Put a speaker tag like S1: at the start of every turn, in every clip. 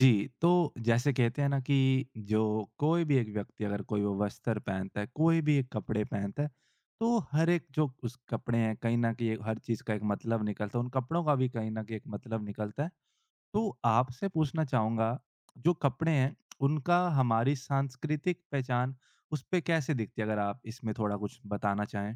S1: जी, तो जैसे कहते हैं ना कि जो कोई भी एक व्यक्ति अगर कोई वो वस्त्र पहनता है, कोई भी एक कपड़े पहनता है, तो हर एक जो उस कपड़े हैं कहीं न कहीं हर चीज़ का एक मतलब निकलता है, उन कपड़ों का भी कहीं न कहीं एक मतलब निकलता है। तो आपसे पूछना चाहूँगा जो कपड़े हैं, उनका हमारी सांस्कृतिक पहचान उस पे कैसे दिखती है? अगर आप इसमें थोड़ा कुछ बताना चाहें?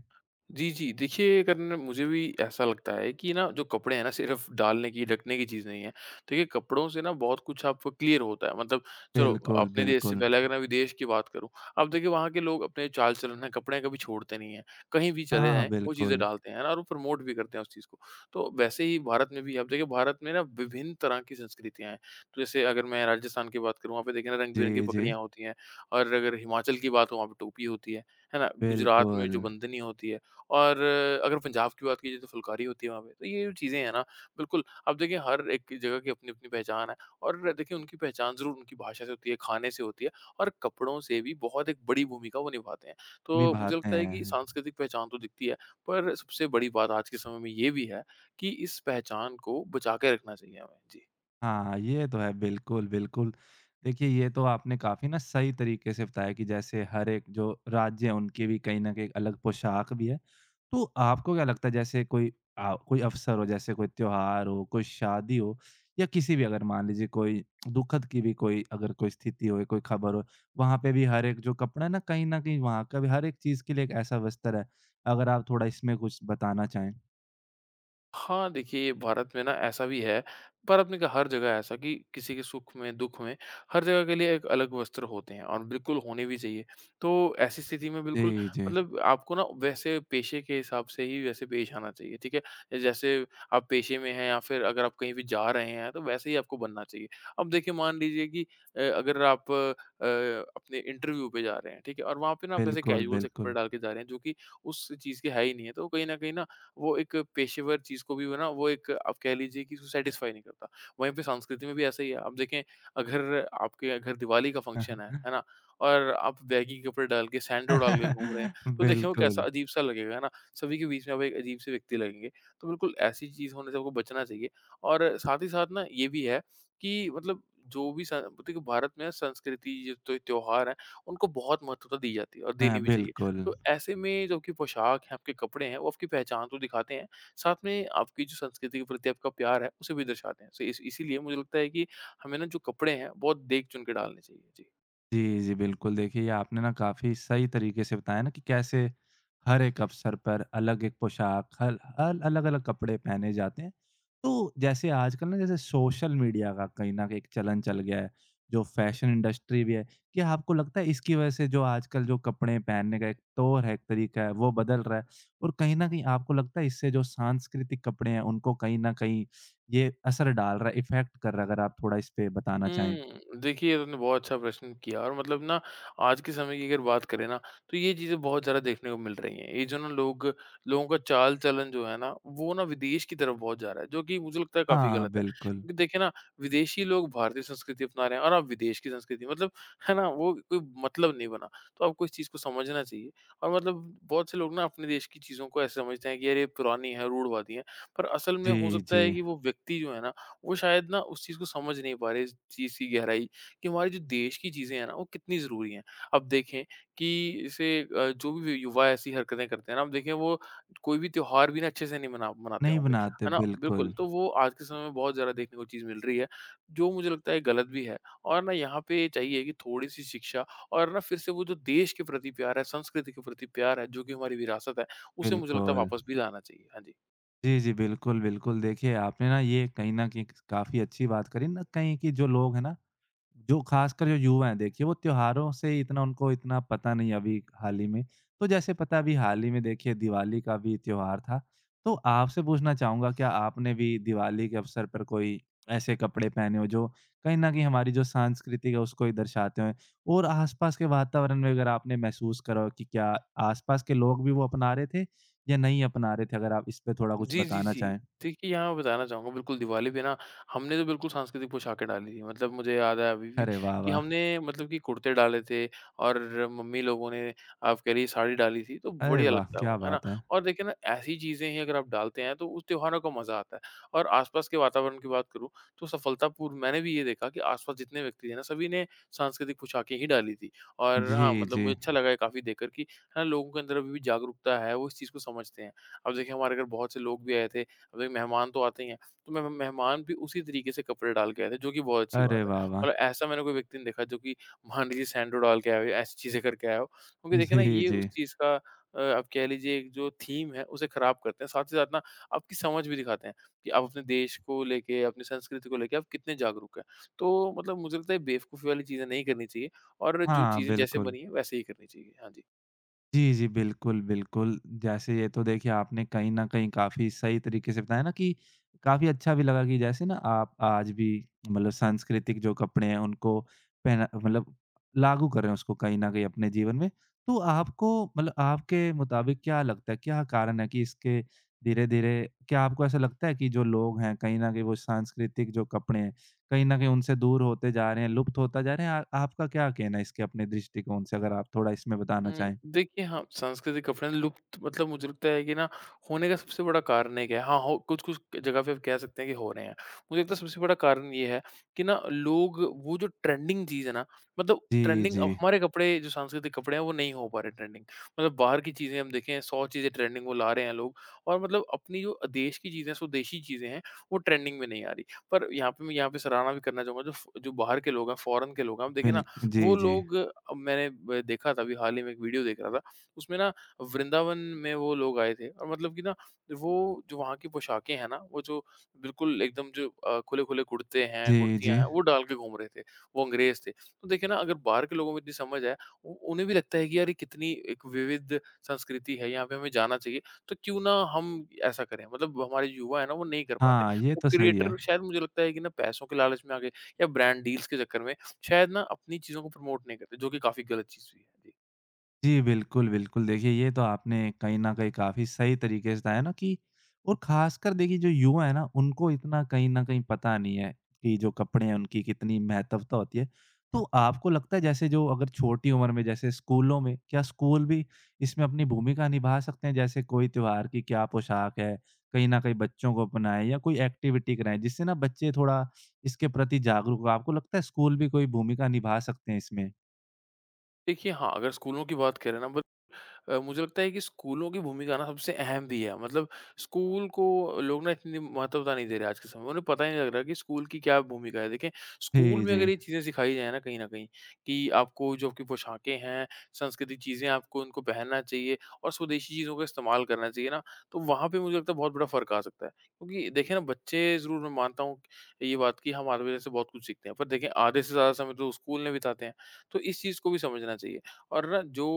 S2: जी, जी। देखिए, अगर न मुझे भी ऐसा लगता है कि ना जो कपड़े हैं ना सिर्फ़ डालने की, ढकने की चीज़ नहीं है। देखिए, कपड़ों से ना बहुत कुछ आपको क्लियर होता है। मतलब चलो
S1: बिल्कुल,
S2: अपने देश से
S1: बिल्कुल।
S2: पहले अगर मैं विदेश की बात करूँ, अब देखिए वहाँ के लोग अपने चाल-चलन है, कपड़े कभी छोड़ते नहीं हैं। कहीं भी
S1: हाँ,
S2: चले
S1: हाँ,
S2: जाएँ, वो चीज़ें
S1: बिल्कुल।
S2: डालते हैं, है ना? और वो प्रमोट भी करते हैं उस चीज़ को। तो वैसे ही भारत में भी आप देखिए भारत में ना विभिन्न तरह की संस्कृतियाँ हैं। तो जैसे अगर मैं राजस्थान की बात करूँ, वहाँ पे देखिए ना रंग-बिरंगी
S1: जी, जी।
S2: पगड़ियाँ होती हैं और अगर हिमाचल की बात हो, वहाँ पे टोपी होती है ना? गुजरात में
S1: बिल्कुल,
S2: जो बंधनी होती है, और अगर पंजाब की बात की जाए तो फुलकारी होती है वहाँ पे। तो ये जो चीज़ें हैं ना बिल्कुल आप देखिए हर एक जगह की अपनी-अपनी पहचान है और देखिए उनकी पहचान ज़रूर उनकी भाषा से होती है, खाने से होती है और कपड़ों से भी बहुत एक बड़ी भूमिका वो निभाते हैं। तो मुझे
S1: निभाते
S2: लगता है कि
S1: हैं।
S2: सांस्कृतिक पहचान तो दिखती है, पर सबसे बड़ी बात आज के समय में ये भी है कि इस पहचान को बचा के रखना चाहिए हमें। जी।
S1: हाँ, ये तो है। बिल्कुल, बिल्कुल। देखिए, ये तो आपने काफ़ी ना सही तरीके से बताया कि जैसे हर एक जो राज्य है, उनकी भी कहीं न कहीं अलग पोशाक भी है। तो आपको क्या लगता है जैसे कोई कोई अवसर हो, जैसे कोई त्योहार हो, कोई शादी हो या किसी भी अगर मान लीजिए कोई दुखद की भी कोई अगर कोई स्थिति हो, कोई खबर हो, वहाँ पे भी हर एक जो कपड़ा है ना, कहीं न कहीं वहाँ का भी हर एक चीज़ के लिए एक ऐसा वस्त्र है। अगर आप थोड़ा इसमें कुछ बताना चाहें?
S2: हाँ, देखिए भारत में ना ऐसा भी है, पर आपने कहा हर जगह ऐसा कि किसी के सुख में, दुख में, हर जगह के लिए एक अलग वस्त्र होते हैं और बिल्कुल होने भी चाहिए। तो ऐसी स्थिति में बिल्कुल
S1: जी, जी।
S2: मतलब आपको ना वैसे पेशे के हिसाब से ही वैसे पेश आना चाहिए, ठीक है? जैसे आप पेशे में हैं या फिर अगर आप कहीं भी जा रहे हैं, तो वैसे ही आपको बनना चाहिए। अब देखिए मान लीजिए कि अगर आप अपने इंटरव्यू पे जा रहे हैं, ठीक है? और वहाँ पे ना आप ऐसे
S1: बिल्कुल,
S2: कैजुअल से कपड़े
S1: बिल्कुल।
S2: डाल के जा रहे हैं, जो कि उस चीज़ के है ही नहीं है, तो कहीं न कहीं ना वो एक पेशेवर चीज़ को भी वो ना वो एक आप कह लीजिए कि उसको सैटिस्फाई नहीं करता। वहीं पे संस्कृति में भी ऐसा ही है। आप देखें अगर आपके घर दिवाली का फ़ंक्शन है ना? और आप बैगी कपड़े डाल के सैंडो डाल के घूम रहे हैं, तो देखिए वो कैसा
S1: बिल्कुल,
S2: अजीब-सा लगेगा, है ना? सभी के बीच में आप एक अजीब से व्यक्ति लगेंगे। तो बिल्कुल ऐसी चीज़ होने से आपको बचना चाहिए और साथ ही साथ ना ये भी है कि मतलब जो भी स देखिए भारत में संस्कृति जो त्योहार हैं, उनको बहुत महत्वता दी जाती है और
S1: मैं
S2: देनी भी चाहिए।
S1: बिल्कुल।
S2: तो ऐसे में जो आपकी पोशाक है, आपके कपड़े हैं, वो आपकी पहचान तो दिखाते हैं, साथ में आपकी जो संस्कृति के प्रति आपका प्यार है, उसे भी दर्शाते हैं। सो इस इसीलिए मुझे लगता है कि हमें ना जो कपड़े हैं, बहुत देख चुन के डालने चाहिए। जी।
S1: जी, जी, बिल्कुल। देखिए, ये आपने ना काफ़ी सही तरीके से बताया ना कि कैसे हर एक अवसर पर अलग एक पोशाक, हल हल अलग-अलग कपड़े पहने जाते हैं। तो जैसे आजकल ना जैसे सोशल मीडिया का कहीं न कहीं एक चलन चल गया है, जो फ़ैशन इंडस्ट्री भी है, क्या आपको लगता है इसकी वज़ह से जो आजकल जो कपड़े पहनने का एक तौर है, एक तरीका है, वो बदल रहा है? और कहीं न कहीं आपको लगता है इससे जो सांस्कृतिक कपड़े हैं, उनको कहीं न कहीं ये असर डाल रहा है, इफ़ेक्ट कर रहा है? अगर आप थोड़ा इस पे बताना चाहें।
S2: हुँ। देखिए, ये तुमने बहुत अच्छा प्रश्न किया और मतलब ना आज के समय की अगर बात करें ना, तो ये चीज़ें बहुत ज़्यादा देखने को मिल रही हैं। ये जो ना लोगों का चाल-चलन जो है ना, वो ना विदेश की तरफ बहुत जा रहा है, जो कि मुझे लगता है काफ़ी
S1: हाँ,
S2: गलत है।
S1: बिल्कुल।
S2: क्योंकि देखिए ना, विदेशी लोग भारतीय संस्कृति अपना रहे हैं और आप विदेश की संस्कृति मतलब है ना, वो कोई मतलब नहीं बना। तो आपको इस चीज़ को समझना चाहिए और मतलब बहुत से लोग ना अपने देश की चीज़ों को ऐसे समझते हैं कि यार ये पुरानी है, रूढ़वादी है। पर असल में हो
S1: जी,
S2: सकता
S1: जी।
S2: है कि वो व्यक्ति जो है ना, वो शायद ना उस चीज़ को समझ नहीं पा रहे, इस चीज़ की गहराई कि हमारे जो देश की चीज़ें हैं ना, वो कितनी ज़रूरी हैं। अब देखें कि जैसे जो भी युवा ऐसी हरकतें करते हैं ना, आप देखें वो कोई भी त्योहार भी ना अच्छे से नहीं मनाते
S1: नहीं
S2: होंगे,
S1: बनाते,
S2: है ना? बिल्कुल,
S1: बिल्कुल,
S2: तो वो आज के समय में बहुत ज़्यादा देखने को चीज़ मिल रही है, जो मुझे लगता है गलत भी है और ना यहाँ पे चाहिए कि थोड़ी-सी शिक्षा और ना फिर से वो जो देश के प्रति प्यार है, संस्कृति के प्रति प्यार है, जो कि हमारी विरासत है, उसे मुझे लगता है
S1: बिल्कुल।
S2: वापस भी लाना चाहिए। हाँ जी।
S1: जी, जी, बिल्कुल, बिल्कुल। देखिए, आपने ना ये कहीं न कहीं काफ़ी अच्छी बात करी ना कहीं कि जो लोग हैं ना, जो खासकर जो युवा हैं देखिए वो त्योहारों से इतना उनको इतना पता नहीं है अभी हाल ही में। तो जैसे पता है, अभी हाल ही में देखिए दिवाली का भी त्योहार था। तो आपसे पूछना चाहूँगा क्या आपने भी दिवाली के अवसर पर कोई ऐसे कपड़े पहने हो जो कहीं न कहीं हमारी जो संस्कृति है उसको ही दर्शाते हों? और आस-पास के वातावरण में अगर आपने महसूस करा हो कि क्या आस-पास के लोग भी वो अपना रहे थे या नहीं अपना रहे थे? अगर आप इस पे थोड़ा कुछ
S2: जी, जी,
S1: बताना
S2: जी।
S1: चाहें।
S2: देखिए, यहाँ मैं बताना चाहूँगा बिल्कुल दिवाली पे ना हमने तो बिल्कुल सांस्कृतिक पोशाकें डाली थी। मतलब मुझे याद है अभी भी
S1: अरे वाह,
S2: कि
S1: वाह!
S2: हमने मतलब कि कुर्ते डाले थे और मम्मी लोगों ने आप कह लीजिए साड़ी डाली थी, तो
S1: अरे
S2: बढ़िया
S1: वाह!
S2: लगता है
S1: क्या
S2: वो, है ना?
S1: बात है।
S2: और देखिए ना ऐसी चीज़ें ही अगर आप डालते हैं तो उस त्योहारों का मज़ा आता है। और आस-पास के वातावरण की बात करूँ तो सफलतापूर्व मैंने भी ये देखा कि आस-पास जितने व्यक्ति थे ना सभी ने सांस्कृतिक पोशाकें ही डाली थी। और हाँ,
S1: जी,
S2: मतलब
S1: जी।
S2: मुझे अच्छा लगा है काफ़ी देखकर कि है ना लोगों के अंदर अभी भी जागरूकता है, वो इस चीज़ को समझते हैं। अब देखिए हमारे घर बहुत से लोग भी आए थे, अब देखिए मेहमान तो आते ही हैं, तो मेहमान भी उसी तरीके से कपड़े डाल के आए थे, जो कि बहुत अच्छी
S1: अरे
S2: बात है।
S1: वाह, वाह!
S2: मतलब ऐसा मैंने कोई व्यक्ति नहीं देखा जो कि मान लीजिए सैंडो डाल के आया हो या ऐसी चीज़ें करके आया हो, क्योंकि देखिए ना
S1: जी,
S2: ये
S1: जी।
S2: उस चीज़ का आप कह लीजिए एक जो थीम है उसे खराब करते हैं, साथ ही साथ ना आपकी समझ भी दिखाते हैं कि आप अपने देश को लेके, अपनी संस्कृति को लेके आप कितने जागरूक हैं। तो मतलब मुझे लगता है बेवकूफ़ी वाली चीज़ें नहीं करनी चाहिए और जो
S1: हाँ,
S2: चीज़ें जैसे
S1: बिल्कुल।
S2: बनी हैं वैसे ही करनी चाहिए। हाँ जी।
S1: जी, जी। बिल्कुल, बिल्कुल। जैसे ये तो देखिए आपने कहीं न कहीं काफ़ी सही तरीके से बताया ना कि काफ़ी अच्छा भी लगा कि जैसे ना आप आज भी मतलब सांस्कृतिक जो कपड़े हैं उनको पहना मतलब लागू कर रहे हैं उसको कहीं न कहीं अपने जीवन में। तो आपको मतलब आपके मुताबिक क्या लगता है, क्या कारण है कि इसके धीरे-धीरे क्या आपको ऐसा लगता है कि जो लोग हैं कहीं न कहीं वो सांस्कृतिक जो कपड़े हैं, कहीं न कहीं उनसे दूर होते जा रहे हैं, लुप्त होता जा रहे हैं? आ आपका क्या कहना है इसके अपने दृष्टिकोण से अगर आप थोड़ा इसमें बताना चाहें?
S2: देखिए हाँ, सांस्कृतिक कपड़े लुप्त मतलब मुझे लगता है कि ना होने का सबसे बड़ा कारण एक है। हाँ, हो कुछ-कुछ जगह पे आप कह सकते हैं कि हो रहे हैं। मुझे लगता है सबसे बड़ा कारण ये है कि ना लोग वो जो ट्रेंडिंग चीज़ है ना मतलब
S1: जी,
S2: ट्रेंडिंग
S1: जी।
S2: अब हमारे कपड़े जो सांस्कृतिक कपड़े हैं वो नहीं हो पा रहे ट्रेंडिंग। मतलब बाहर की चीज़ें हम देखें 100 चीज़ें ट्रेंडिंग वो ला रहे हैं लोग और मतलब अपनी जो देश की चीज़ें स्वदेशी चीज़ें हैं वो ट्रेंडिंग में नहीं आ रही। पर यहाँ पे सराहना भी करना चाहूँगा जो फ जो बाहर के लोग हैं, फ़ॉरेन के लोग हैं, आप देखें
S1: बिल
S2: ना
S1: जी,
S2: वो
S1: जी।
S2: लोग मैंने ब देखा था अभी हाल ही में एक वीडियो देख रहा था, उसमें ना वृंदावन में वो लोग आए थे और मतलब कि ना वो जो वहाँ की पोशाकें हैं ना, वो जो बिल्कुल एकदम जो खुले-खुले कुर्ते हैं,
S1: जी,
S2: कुर्तियाँ
S1: जी।
S2: हैं, वो डाल के घूम रहे थे, वो अंग्रेज़ थे। तो देखिए ना अगर बाहर के लोगों को इतनी समझ है, उ उन्हें भी लगता है कि यार ये कितनी एक विविध संस्कृति है, यहाँ पे हमें जाना चाहिए, तो क्यों ना हम ऐसा करें? मतलब हमारे युवा है ना वो नहीं कर पाते।
S1: हाँ, ये
S2: वो
S1: तो सही
S2: क्रिएटर
S1: है।
S2: शायद मुझे लगता है कि ना पैसों के लालच में आ गए या ब्रांड डील्स के चक्कर में शायद ना अपनी चीज़ों को प्रमोट नहीं करते, जो कि काफ़ी गलत चीज़ भी है। जी।
S1: जी, बिल्कुल, बिल्कुल। देखिए, ये तो आपने कहीं न कहीं काफ़ी सही तरीके से बताया ना कि और ख़ासकर देखिए जो युवा है ना, उनको इतना कहीं न कहीं पता नहीं है कि जो कपड़े हैं, उनकी कितनी महत्वता होती है। तो आपको लगता है जैसे जो अगर छोटी उम्र में जैसे स्कूलों में, क्या स्कूल भी इसमें अपनी भूमिका निभा सकते हैं? जैसे कोई त्योहार की क्या पोशाक है, कहीं न कहीं बच्चों को अपनाएँ या कोई एक्टिविटी कराएँ, जिससे ना बच्चे थोड़ा इसके प्रति जागरूक हों। आपको लगता है स्कूल भी कोई भूमिका निभा सकते हैं इसमें?
S2: देखिए हाँ, अगर स्कूलों की बात करें मुझे लगता है कि स्कूलों की भूमिका ना सबसे अहम भी है। मतलब स्कूल को लोग ना इतनी महत्वता नहीं दे रहे आज के समय में। उन्हें पता ही नहीं लग रहा कि स्कूल की क्या भूमिका है। देखें, स्कूल
S1: जी,
S2: में अगर
S1: जी।
S2: ये चीज़ें सिखाई जाएँ ना कहीं न कहीं कि आपको जो आपकी पोशाकें हैं, सांस्कृतिक चीज़ें आपको उनको पहनना चाहिए और स्वदेशी चीज़ों का इस्तेमाल करना चाहिए ना, तो वहाँ पे मुझे लगता है बहुत बड़ा फ़र्क आ सकता है। क्योंकि देखिए ना बच्चे ज़रूर मैं मानता हूँ ये बात कि हम आधे बजे से बहुत कुछ सीखते हैं। पर देखें आधे से ज़्यादा समय तो स्कूल में बिताते हैं। तो इस चीज़ को भी समझना चाहिए। और ना जो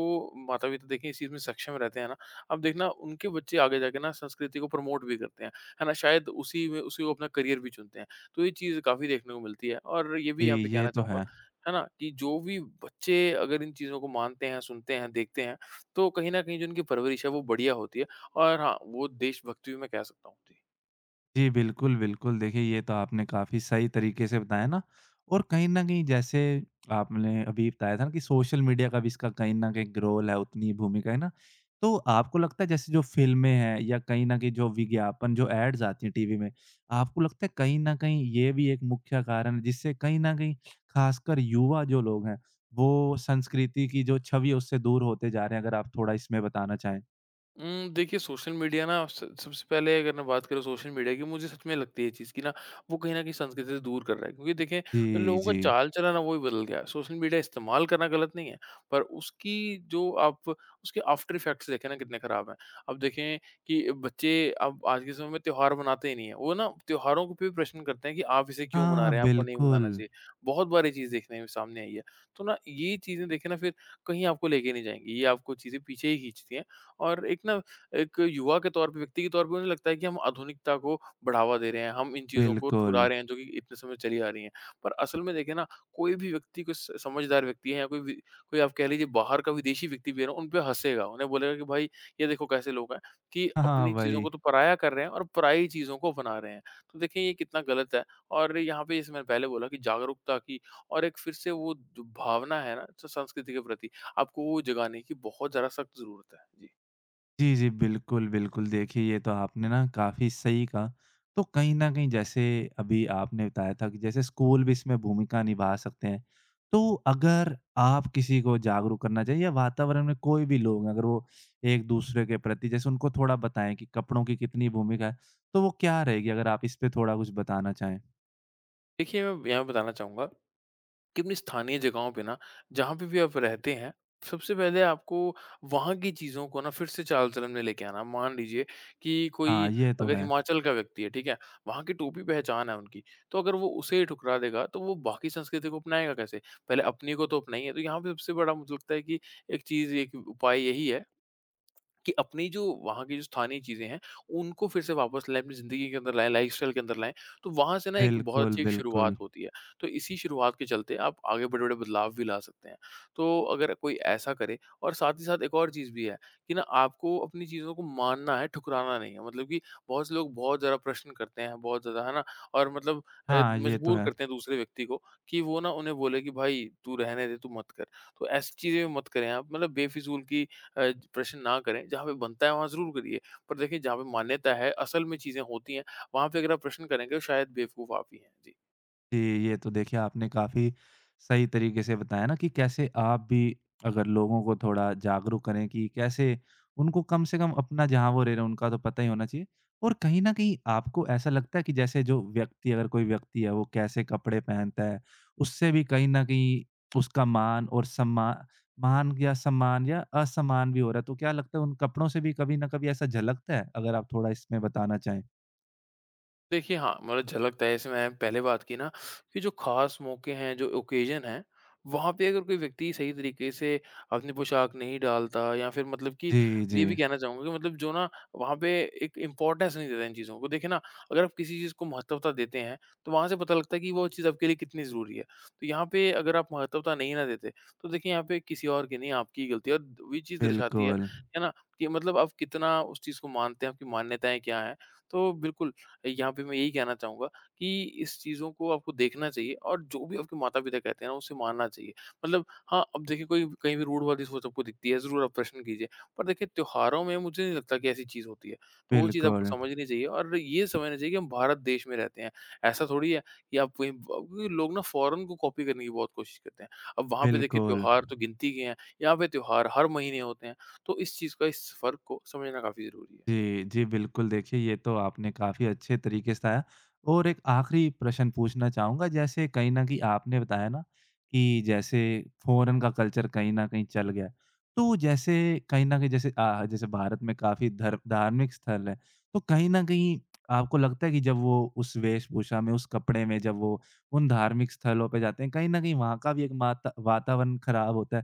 S2: माता-पिता देखिए इस चीज़ में सक्षम रहते हैं ना, अब देखना उनके बच्चे आगे जाके ना संस्कृति को प्रमोट भी करते हैं, है ना? शायद उसी को अपना करियर भी चुनते हैं। तो ये चीज़ काफ़ी देखने को मिलती है और ये
S1: जी,
S2: भी यहाँ पे
S1: ये
S2: कहना
S1: तो
S2: चाहूँगा,
S1: है।
S2: है ना? कि जो भी बच्चे अगर इन चीज़ों को मानते हैं, सुनते हैं, देखते हैं, तो कहीं न कहीं जो इनकी परवरिश है वो बढ़िया होती है और हाँ, वो देशभक्ति भी मैं कह सकता हूँ। जी।
S1: जी, बिल्कुल, बिल्कुल। देखिए, ये तो आपने काफ़ी सही तरीके से बताया ना और कहीं न कहीं जैसे आपने अभी बताया था ना कि सोशल मीडिया का भी इसका कहीं न कहीं एक रोल है, उतनी ही भूमिका है ना। तो आपको लगता है जैसे जो फ़िल्में हैं या कहीं न कहीं जो विज्ञापन, जो एड्स आती हैं टीवी में, आपको लगता है कहीं न कहीं ये भी एक मुख्य कारण है जिससे कहीं न कहीं ख़ासकर युवा जो लोग हैं, वो संस्कृति की जो छवि है उससे दूर होते जा रहे हैं? अगर आप थोड़ा इसमें बताना चाहें।
S2: देखिए सोशल मीडिया ना स सबसे पहले अगर मैं बात करूँ सोशल मीडिया की मुझे सच में लगती है ये चीज़ कि ना वो कहीं न कहीं संस्कृति से दूर कर रहा है। क्योंकि देखिए
S1: जी,
S2: लोगों का
S1: जी।
S2: चाल-चलन वो ही बदल गया है। सोशल मीडिया इस्तेमाल करना गलत नहीं है, पर उसकी जो आप उसके आफ्टर इफेक्ट्स देखें ना कितने खराब हैं। अब देखें कि बच्चे अब आज के समय में त्योहार मनाते ही नहीं हैं। वो ना त्योहारों पे भी प्रश्न करते हैं कि आप इसे क्यों मना
S1: हाँ,
S2: रहे हैं? आपको नहीं
S1: बिल्कुल,
S2: मनाना चाहिए। बहुत बार ये चीज़ देखने में सामने आई है। तो ना ये चीज़ें देखें ना फिर कहीं आपको लेके नहीं जाएँगी। ये आपको चीज़ें पीछे ही खींचती हैं और एक ना एक युवा के तौर पे, व्यक्ति के तौर पे मुझे लगता है कि हम आधुनिकता को बढ़ावा दे रहे हैं, हम इन चीज़ों को ठुकरा
S1: बिल्कुल।
S2: रहे हैं जो कि इतने समय चली आ रही हैं। पर असल में देखें ना, कोई भी व्यक्ति कोई स समझदार व्यक्ति है या कोई आप कह लीजिए बाहर का विदेशी व्यक्ति भी है ना, उन पे हँसेगा, उन्हें बोलेगा कि भाई ये देखो कैसे लोग हैं कि
S1: हाँ,
S2: अपनी चीज़ों को
S1: वही।
S2: तो पराया कर रहे हैं और पराई चीज़ों को अपना रहे हैं। तो देखिए ये कितना गलत है और यहाँ पे जैसे मैंने पहले बोला कि जागरूकता की और एक फिर से वो जो भावना है ना, स संस्कृति के प्रति आपको वो जगाने की बहुत ज़्यादा सख्त ज़रूरत है। जी।
S1: जी, जी, बिल्कुल, बिल्कुल। देखिए, ये तो आपने ना काफ़ी सही कहा। तो कहीं न कहीं जैसे अभी आपने बताया था कि जैसे स्कूल भी इसमें भूमिका निभा सकते हैं। तो अगर आप किसी को जागरूक करना चाहिए या वातावरण में कोई भी लोग हैं, अगर वो एक-दूसरे के प्रति जैसे उनको थोड़ा बताएँ कि कपड़ों की कितनी भूमिका है, तो वो क्या रहेगी? अगर आप इस पे थोड़ा कुछ बताना चाहें।
S2: देखिए, मैं यहाँ बताना चाहूँगा कि अपनी स्थानीय जगहों पे ना, जहाँ पे भी आप रहते हैं, सबसे पहले आपको वहाँ की चीज़ों को ना फिर से चाल-चलन में लेके आना। मान लीजिए कि
S1: हाँ,
S2: कोई
S1: ये तो
S2: अगर
S1: है।
S2: हिमाचल का व्यक्ति है, ठीक है? वहाँ की टोपी-पहचान है उनकी, तो अगर वो उसे ही ठुकरा देगा, तो वो बाकी संस्कृति को अपनाएगा कैसे? पहले अपनी को तो अपनाइए। तो यहाँ पे सबसे बड़ा मुझे लगता है कि एक चीज़, एक उपाय यही है कि अपनी जो वहाँ की जो स्थानीय चीज़ें हैं, उनको फिर से वापस लाएँ, अपनी ज़िंदगी के अंदर लाएँ, लाइफ़स्टाइल के अंदर लाएँ, तो वहाँ से ना एक बहुत
S1: बिल्कुल,
S2: अच्छी एक शुरुआत
S1: बिल्कुल।
S2: होती है। तो इसी शुरुआत के चलते आप आगे बड़े-बड़े बदलाव भी ला सकते हैं। तो अगर कोई ऐसा करे और साथ ही साथ एक और चीज़ भी है कि ना आपको अपनी चीज़ों को मानना है, ठुकराना नहीं है। मतलब कि बहुत से लोग बहुत ज़्यादा प्रश्न करते हैं, बहुत ज़्यादा, है ना? और मतलब अ,
S1: हाँ, ये तो
S2: मजबूर
S1: है।
S2: करते हैं दूसरे व्यक्ति को कि वो ना उन्हें बोले कि, "भाई, तू रहने दे, तू मत कर।" तो ऐसी चीज़ें मत करें आप। मतलब बेफ़िज़ूल की प्रश्न ना करें, जहाँ पे बनता है वहाँ ज़रूर करिए। पर देखिए जहाँ पे मान्यता है, असल में चीज़ें होती हैं, वहाँ पे अगर आप प्रश्न करेंगे तो शायद बेवकूफ़ आप ही हैं। जी।
S1: जी, ये तो देखिए आपने काफ़ी सही तरीके से बताया ना कि कैसे आप भी अगर लोगों को थोड़ा जागरूक करें कि कैसे उनको कम से कम अपना जहाँ वो रह रहे हैं उनका तो पता ही होना चाहिए। और कहीं न कहीं आपको ऐसा लगता है कि जैसे जो व्यक्ति अगर कोई व्यक्ति है वो कैसे कपड़े पहनता है, उससे भी कहीं न कहीं उसका मान और सम्मा मान या सम्मान या असम्मान भी हो रहा है। तो क्या लगता है उन कपड़ों से भी कभी न कभी ऐसा झलकता है? अगर आप थोड़ा इसमें बताना चाहें।
S2: देखिए, हाँ, मतलब झलकता है जैसे मैंने पहले बात की ना कि जो ख़ास मौके हैं, जो ओकेज़न हैं, वहाँ पे अगर कोई व्यक्ति सही तरीके से अपनी पोशाक नहीं डालता या फिर मतलब कि
S1: जी, जी।
S2: ये भी कहना चाहूँगा कि मतलब जो ना वहाँ पे एक इम्पोर्टेंस नहीं देता इन चीज़ों को। देखिए ना, अगर आप किसी चीज़ को महत्वता देते हैं, तो वहाँ से पता लगता है कि वो चीज़ आपके लिए कितनी ज़रूरी है। तो यहाँ पे अगर आप महत्वता नहीं ना देते, तो देखिए यहाँ पे किसी और की नहीं आपकी ही गलती है और वही चीज़ दर्शाती
S1: बिल्कुल,
S2: है ना, कि मतलब आप कितना उस चीज़ को मानते हैं, आपकी मान्यताएँ क्या हैं। तो बिल्कुल, यहाँ पे मैं यही कहना चाहूँगा कि इस चीज़ों को आपको देखना चाहिए और जो भी आपके माता-पिता कहते हैं ना, उसे मानना चाहिए। मतलब हाँ, अब देखिए कोई कहीं भी रूढ़ वाली सोच आपको दिखती है, ज़रूर आप प्रश्न कीजिए। पर देखिए त्योहारों में मुझे नहीं लगता कि ऐसी चीज़ होती है। तो वो चीज़ आपको
S1: बिल्कुल।
S2: समझनी चाहिए और ये समझना चाहिए कि हम भारत देश में रहते हैं। ऐसा थोड़ी है कि आप कहीं ब क्योंकि लोग ना फ़ॉरेन को कॉपी करने की बहुत कोशिश करते हैं। अब वहाँ पे देखिए
S1: बिल्कुल।
S2: त्योहार तो गिनती के हैं, यहाँ पे त्योहार हर महीने होते हैं। तो इस चीज़ का इस फ़र्क को समझना काफ़ी ज़रूरी है।
S1: जी, जी, बिल्कुल देखिए ये तो आपने काफ़ी अच्छे तरीके से आया और एक आखिरी प्रश्न पूछना चाहूँगा जैसे कहीं न कहीं आपने बताया ना कि जैसे फ़ॉरेन का कल्चर कहीं न कहीं चल गया है। तो जैसे कहीं न कहीं जैसे जैसे भारत में काफ़ी धर धार्मिक स्थल हैं, तो कहीं न कहीं आपको लगता है कि जब वो उस वेशभूषा में, उस कपड़े में जब वो उन धार्मिक स्थलों पे जाते हैं, कहीं न कहीं वहाँ का भी एक माता वातावरण खराब होता है।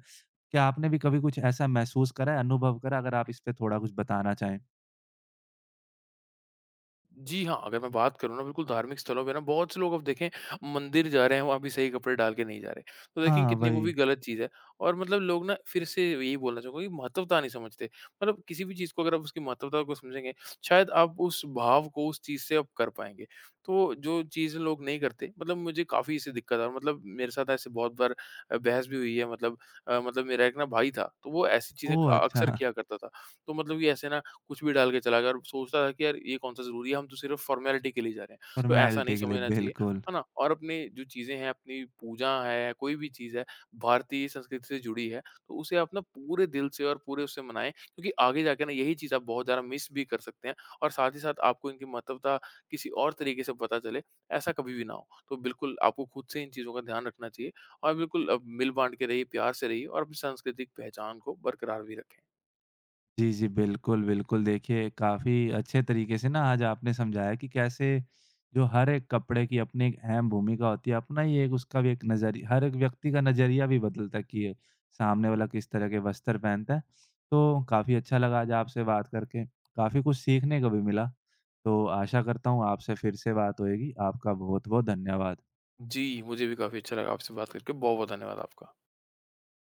S1: क्या आपने भी कभी कुछ ऐसा महसूस करा है, अनुभव करा? अगर आप इस पे थोड़ा कुछ बताना चाहें।
S2: जी हाँ, अगर मैं बात करूँ ना बिल्कुल धार्मिक स्थलों पे ना बहुत से लोग अब देखें मंदिर जा रहे हैं वहाँ भी सही कपड़े डाल के नहीं जा रहे। तो देखें
S1: हाँ,
S2: कितनी वो भी
S1: वही।
S2: गलत चीज़ है और मतलब लोग ना फिर से यही बोलना चाहूँगा कि महत्वता नहीं समझते। मतलब किसी भी चीज़ को अगर आप उसकी महत्वता को समझेंगे, शायद आप उस भाव को उस चीज़ से आप कर पाएँगे। तो जो चीज़ लोग नहीं करते मतलब मुझे काफ़ी इससे दिक्कत है और मतलब मेरे साथ ऐसे बहुत बार बहस भी हुई है मतलब मतलब मेरा एक ना भाई था, तो वो ऐसी चीज़ें
S1: ओह!
S2: अक्सर
S1: अच्छा,
S2: किया करता था। तो मतलब ये ऐसे ना कुछ भी डाल के चला गया और सोचता था कि यार ये कौन-सा ज़रूरी है, हम तो सिर्फ़ फ़ॉर्मेलिटी के लिए जा रहे हैं। तो ऐसा नहीं
S1: फ़ॉर्मेलिटी के लिए,
S2: समझना चाहिए,
S1: बिल्कुल।
S2: है ना? और अपनी जो चीज़ें हैं, अपनी पूजा है, कोई भी चीज़ है, भारतीय संस्कृति से जुड़ी है, तो उसे आप ना पूरे दिल से और पूरे उससे मनाएँ क्योंकि आगे जाके ना यही चीज़ आप बहुत ज़्यादा मिस भी कर सकते हैं और साथ ही साथ आपको इनकी महत्वता किसी और तरीके से पता चले, ऐसा कभी भी ना हो। तो बिल्कुल आपको खुद से इन चीज़ों का ध्यान रखना चाहिए और बिल्कुल मिल-बाँट के रहिए, प्यार से रहिए और अपनी सांस्कृतिक पहचान को बरकरार भी रखें।
S1: जी, जी। बिल्कुल, बिल्कुल। देखिए, काफ़ी अच्छे तरीके से ना आज आपने समझाया कि कैसे जो हर एक कपड़े की अपनी एक अहम भूमिका होती है, अपना ही एक उसका भी एक नज़रिया हर एक व्यक्ति का नज़रिया भी बदलता है कि ये सामने वाला किस तरह के वस्त्र पहनता है। तो काफ़ी अच्छा लगा आज आपसे बात करके, काफ़ी कुछ सीखने को भी मिला। तो आशा करता हूँ आपसे फिर से बात होएगी। आपका बहुत-बहुत धन्यवाद।
S2: जी, मुझे भी काफ़ी अच्छा लगा आपसे बात करके। बहुत-बहुत धन्यवाद आपका।